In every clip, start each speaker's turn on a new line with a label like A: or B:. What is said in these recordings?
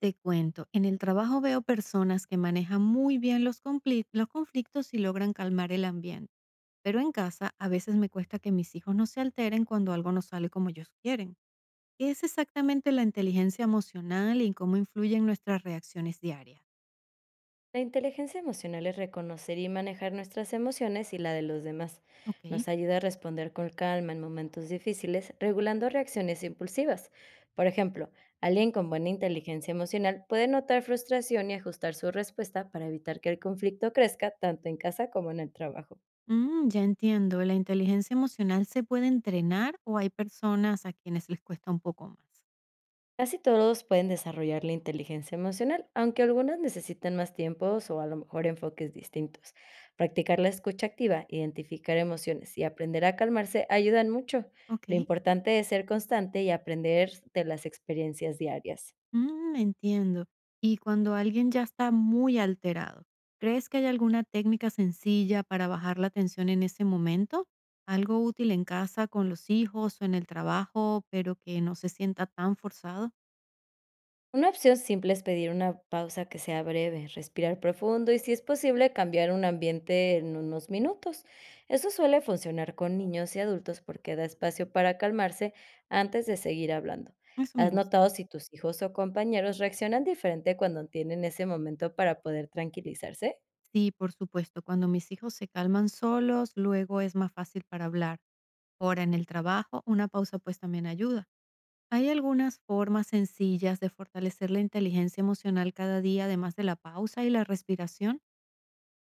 A: Te cuento, en el trabajo veo personas que manejan muy bien los conflictos y logran calmar el ambiente, pero en casa a veces me cuesta que mis hijos no se alteren cuando algo no sale como ellos quieren. ¿Qué es exactamente la inteligencia emocional y cómo influye en nuestras reacciones diarias?
B: La inteligencia emocional es reconocer y manejar nuestras emociones y la de los demás.
A: Ok,
B: Nos ayuda a responder con calma en momentos difíciles, regulando reacciones impulsivas. Por ejemplo, alguien con buena inteligencia emocional puede notar frustración y ajustar su respuesta para evitar que el conflicto crezca tanto en casa como en el trabajo.
A: ya entiendo, ¿la inteligencia emocional se puede entrenar o hay personas a quienes les cuesta un poco más?
B: Casi todos pueden desarrollar la inteligencia emocional, aunque algunas necesitan más tiempos o a lo mejor enfoques distintos. Practicar la escucha activa, identificar emociones y aprender a calmarse ayudan mucho.
A: Ok.
B: Lo importante es ser constante y aprender de las experiencias diarias.
A: Mm, entiendo. Y cuando alguien ya está muy alterado, ¿crees que hay alguna técnica sencilla para bajar la tensión en ese momento? ¿Algo útil en casa, con los hijos o en el trabajo, pero que no se sienta tan forzado?
B: Una opción simple es pedir una pausa que sea breve, respirar profundo y, si es posible, cambiar un ambiente en unos minutos. Eso suele funcionar con niños y adultos porque da espacio para calmarse antes de seguir hablando.
A: Eso me
B: ¿Has
A: gusta.
B: notado si tus hijos o compañeros reaccionan diferente cuando tienen ese momento para poder tranquilizarse?
A: Sí, por supuesto. Cuando mis hijos se calman solos, luego es más fácil para hablar. Ahora en el trabajo, una pausa pues también ayuda. ¿Hay algunas formas sencillas de fortalecer la inteligencia emocional cada día, además de la pausa y la respiración?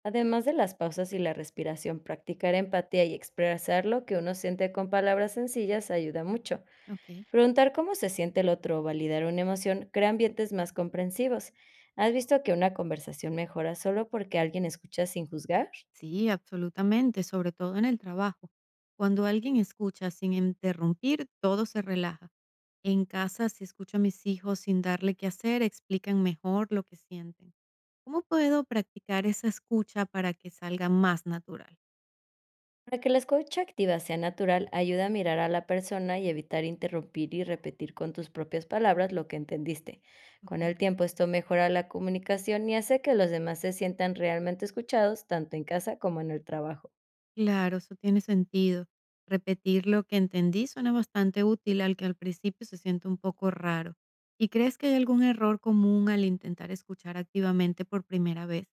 B: Además de las pausas y la respiración, practicar empatía y expresar lo que uno siente con palabras sencillas ayuda mucho.
A: Ok.
B: Preguntar cómo se siente el otro o validar una emoción crea ambientes más comprensivos. ¿Has visto que una conversación mejora solo porque alguien escucha sin juzgar?
A: Sí, absolutamente, sobre todo en el trabajo. Cuando alguien escucha sin interrumpir, todo se relaja. En casa, si escucho a mis hijos sin darle qué hacer, explican mejor lo que sienten. ¿Cómo puedo practicar esa escucha para que salga más natural?
B: Para que la escucha activa sea natural, ayuda a mirar a la persona y evitar interrumpir, y repetir con tus propias palabras lo que entendiste. Con
A: Ok.
B: el tiempo, esto mejora la comunicación y hace que los demás se sientan realmente escuchados tanto en casa como en el trabajo.
A: Claro, eso tiene sentido. Repetir lo que entendí suena bastante útil, al que al principio se siente un poco raro. ¿Y crees que hay algún error común al intentar escuchar activamente por primera vez?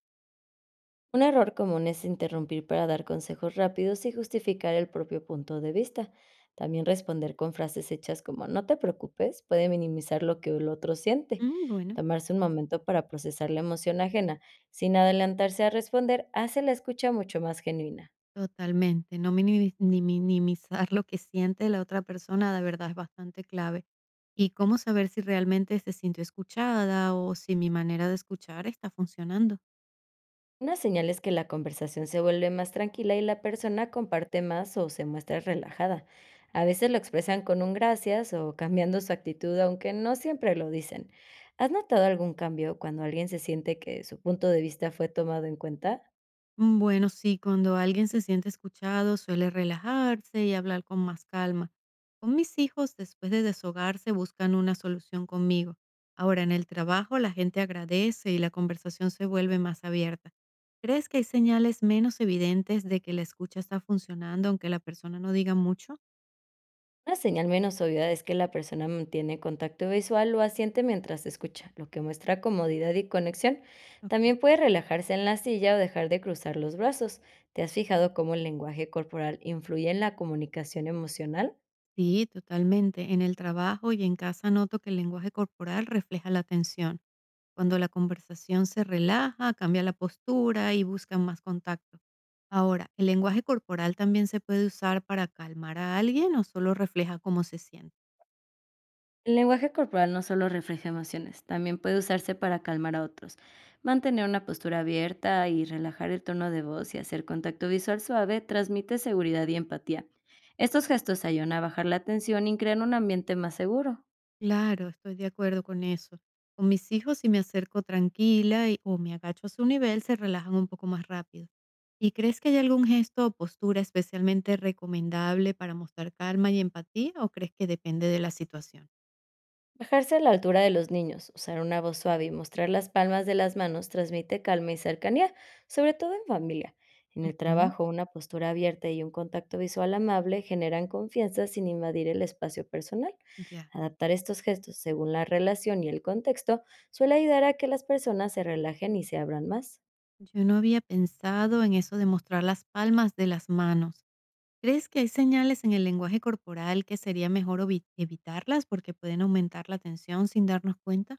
B: Un error común es interrumpir para dar consejos rápidos y justificar el propio punto de vista. También responder con frases hechas como "no te preocupes" puede minimizar lo que el otro siente.
A: Mm, bueno.
B: Tomarse un momento para procesar la emoción ajena sin adelantarse a responder hace la escucha mucho más genuina.
A: Totalmente, no minimi ni minimizar lo que siente la otra persona, de verdad es bastante clave. ¿Y cómo saber si realmente se sintió escuchada o si mi manera de escuchar está funcionando?
B: Una señal es que la conversación se vuelve más tranquila y la persona comparte más o se muestra relajada. A veces lo expresan con un gracias o cambiando su actitud, aunque no siempre lo dicen. ¿Has notado algún cambio cuando alguien se siente que su punto de vista fue tomado en cuenta?
A: Mm, bueno, sí, cuando alguien se siente escuchado suele relajarse y hablar con más calma. Con mis hijos, después de deshogarse, buscan una solución conmigo. Ahora, en el trabajo, la gente agradece y la conversación se vuelve más abierta. ¿Crees que hay señales menos evidentes de que la escucha está funcionando aunque la persona no diga mucho?
B: Una señal menos obvia es que la persona mantiene contacto visual o asiente mientras escucha, lo que muestra comodidad y conexión.
A: Ok.
B: También puede relajarse en la silla o dejar de cruzar los brazos. ¿Te has fijado cómo el lenguaje corporal influye en la comunicación emocional?
A: Sí, totalmente. En el trabajo y en casa noto que el lenguaje corporal refleja la tensión. Cuando la conversación se relaja, cambia la postura y buscan más contacto. Ahora, ¿el lenguaje corporal también se puede usar para calmar a alguien o solo refleja cómo se siente?
B: El lenguaje corporal no solo refleja emociones, también puede usarse para calmar a otros. Mantener una postura abierta y relajar el tono de voz y hacer contacto visual suave transmite seguridad y empatía. Estos gestos ayudan a bajar la tensión y crean un ambiente más seguro.
A: Claro, estoy de acuerdo con eso. Con mis hijos, si me acerco o me agacho a su nivel, se relajan un poco más rápido. ¿Y crees que hay algún gesto o postura especialmente recomendable para mostrar calma y empatía o crees que depende de la situación?
B: Bajarse a la altura de los niños, usar una voz suave y mostrar las palmas de las manos transmite calma y cercanía, sobre todo en familia. En el
A: Ujú.
B: trabajo, una postura abierta y un contacto visual amable generan confianza sin invadir el espacio personal.
A: Ya,
B: Adaptar estos gestos según la relación y el contexto suele ayudar a que las personas se relajen y se abran más.
A: yo no había pensado en eso de mostrar las palmas de las manos. ¿Crees que hay señales en el lenguaje corporal que sería mejor evitarlas porque pueden aumentar la tensión sin darnos cuenta?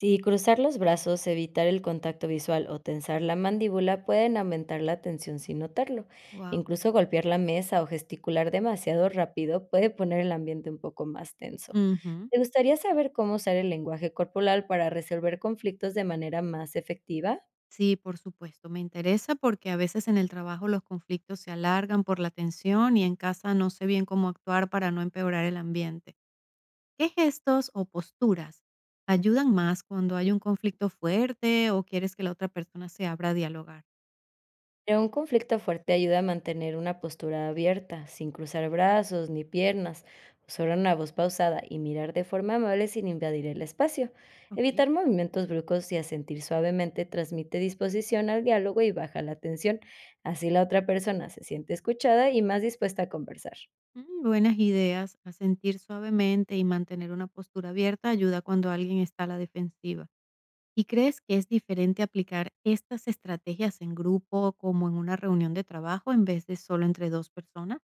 B: Si cruzar los brazos, evitar el contacto visual o tensar la mandíbula pueden aumentar la tensión sin notarlo.
A: Wow.
B: Incluso golpear la mesa o gesticular demasiado rápido puede poner el ambiente un poco más tenso. ¿Te gustaría saber cómo usar el lenguaje corporal para resolver conflictos de manera más efectiva?
A: Sí, por supuesto, me interesa porque a veces en el trabajo los conflictos se alargan por la tensión y en casa no sé bien cómo actuar para no empeorar el ambiente. ¿Qué gestos o posturas ayudan más cuando hay un conflicto fuerte o quieres que la otra persona se abra a dialogar?
B: Pero un conflicto fuerte ayuda a mantener una postura abierta, sin cruzar brazos ni piernas, usar una voz pausada y mirar de forma amable sin invadir el espacio.
A: Ok.
B: Evitar movimientos bruscos y asentir suavemente transmite disposición al diálogo y baja la tensión. Así la otra persona se siente escuchada y más dispuesta a conversar.
A: Mm, buenas ideas. Asentir suavemente y mantener una postura abierta ayuda cuando alguien está a la defensiva. ¿Y crees que es diferente aplicar estas estrategias en grupo como en una reunión de trabajo en vez de solo entre dos personas?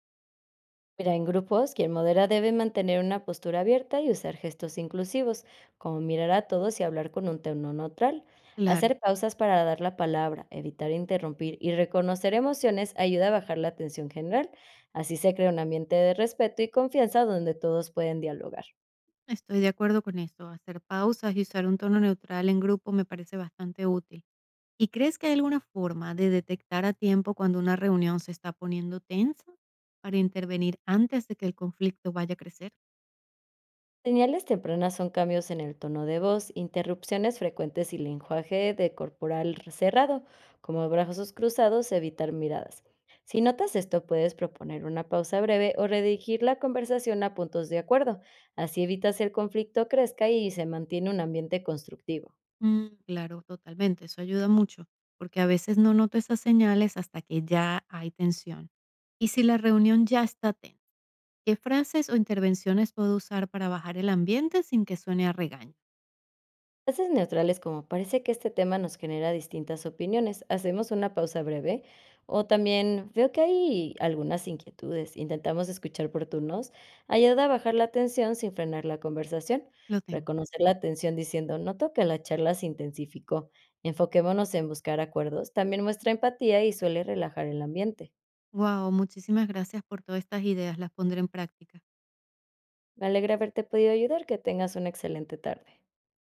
B: Mira, en grupos, quien modera debe mantener una postura abierta y usar gestos inclusivos, como mirar a todos y hablar con un tono neutral.
A: Claro,
B: Hacer pausas para dar la palabra, evitar interrumpir y reconocer emociones ayuda a bajar la tensión general. Así se crea un ambiente de respeto y confianza donde todos pueden dialogar.
A: estoy de acuerdo con eso. Hacer pausas y usar un tono neutral en grupo me parece bastante útil. ¿Y crees que hay alguna forma de detectar a tiempo cuando una reunión se está poniendo tensa para intervenir antes de que el conflicto vaya a crecer?
B: Señales tempranas son cambios en el tono de voz, interrupciones frecuentes y lenguaje de corporal cerrado, como brazos cruzados, evitar miradas. Si notas esto, puedes proponer una pausa breve o redirigir la conversación a puntos de acuerdo. Así evitas el conflicto crezca y se mantiene un ambiente constructivo.
A: Mm, claro, totalmente, eso ayuda mucho, porque a veces no noto esas señales hasta que ya hay tensión. Y si la reunión ya está tensa, ¿qué frases o intervenciones puedo usar para bajar el ambiente sin que suene a regaño?
B: Frases neutrales como "parece que este tema nos genera distintas opiniones, hacemos una pausa breve" o también "veo que hay algunas inquietudes, intentamos escuchar por turnos" ayuda a bajar la tensión sin frenar la conversación.
A: Lo tengo.
B: Reconocer la tensión diciendo "noto que la charla se intensificó, enfoquémonos en buscar acuerdos" también muestra empatía y suele relajar el ambiente.
A: Wow, muchísimas gracias por todas estas ideas, las pondré en práctica.
B: Me alegra haberte podido ayudar. Que tengas una excelente tarde.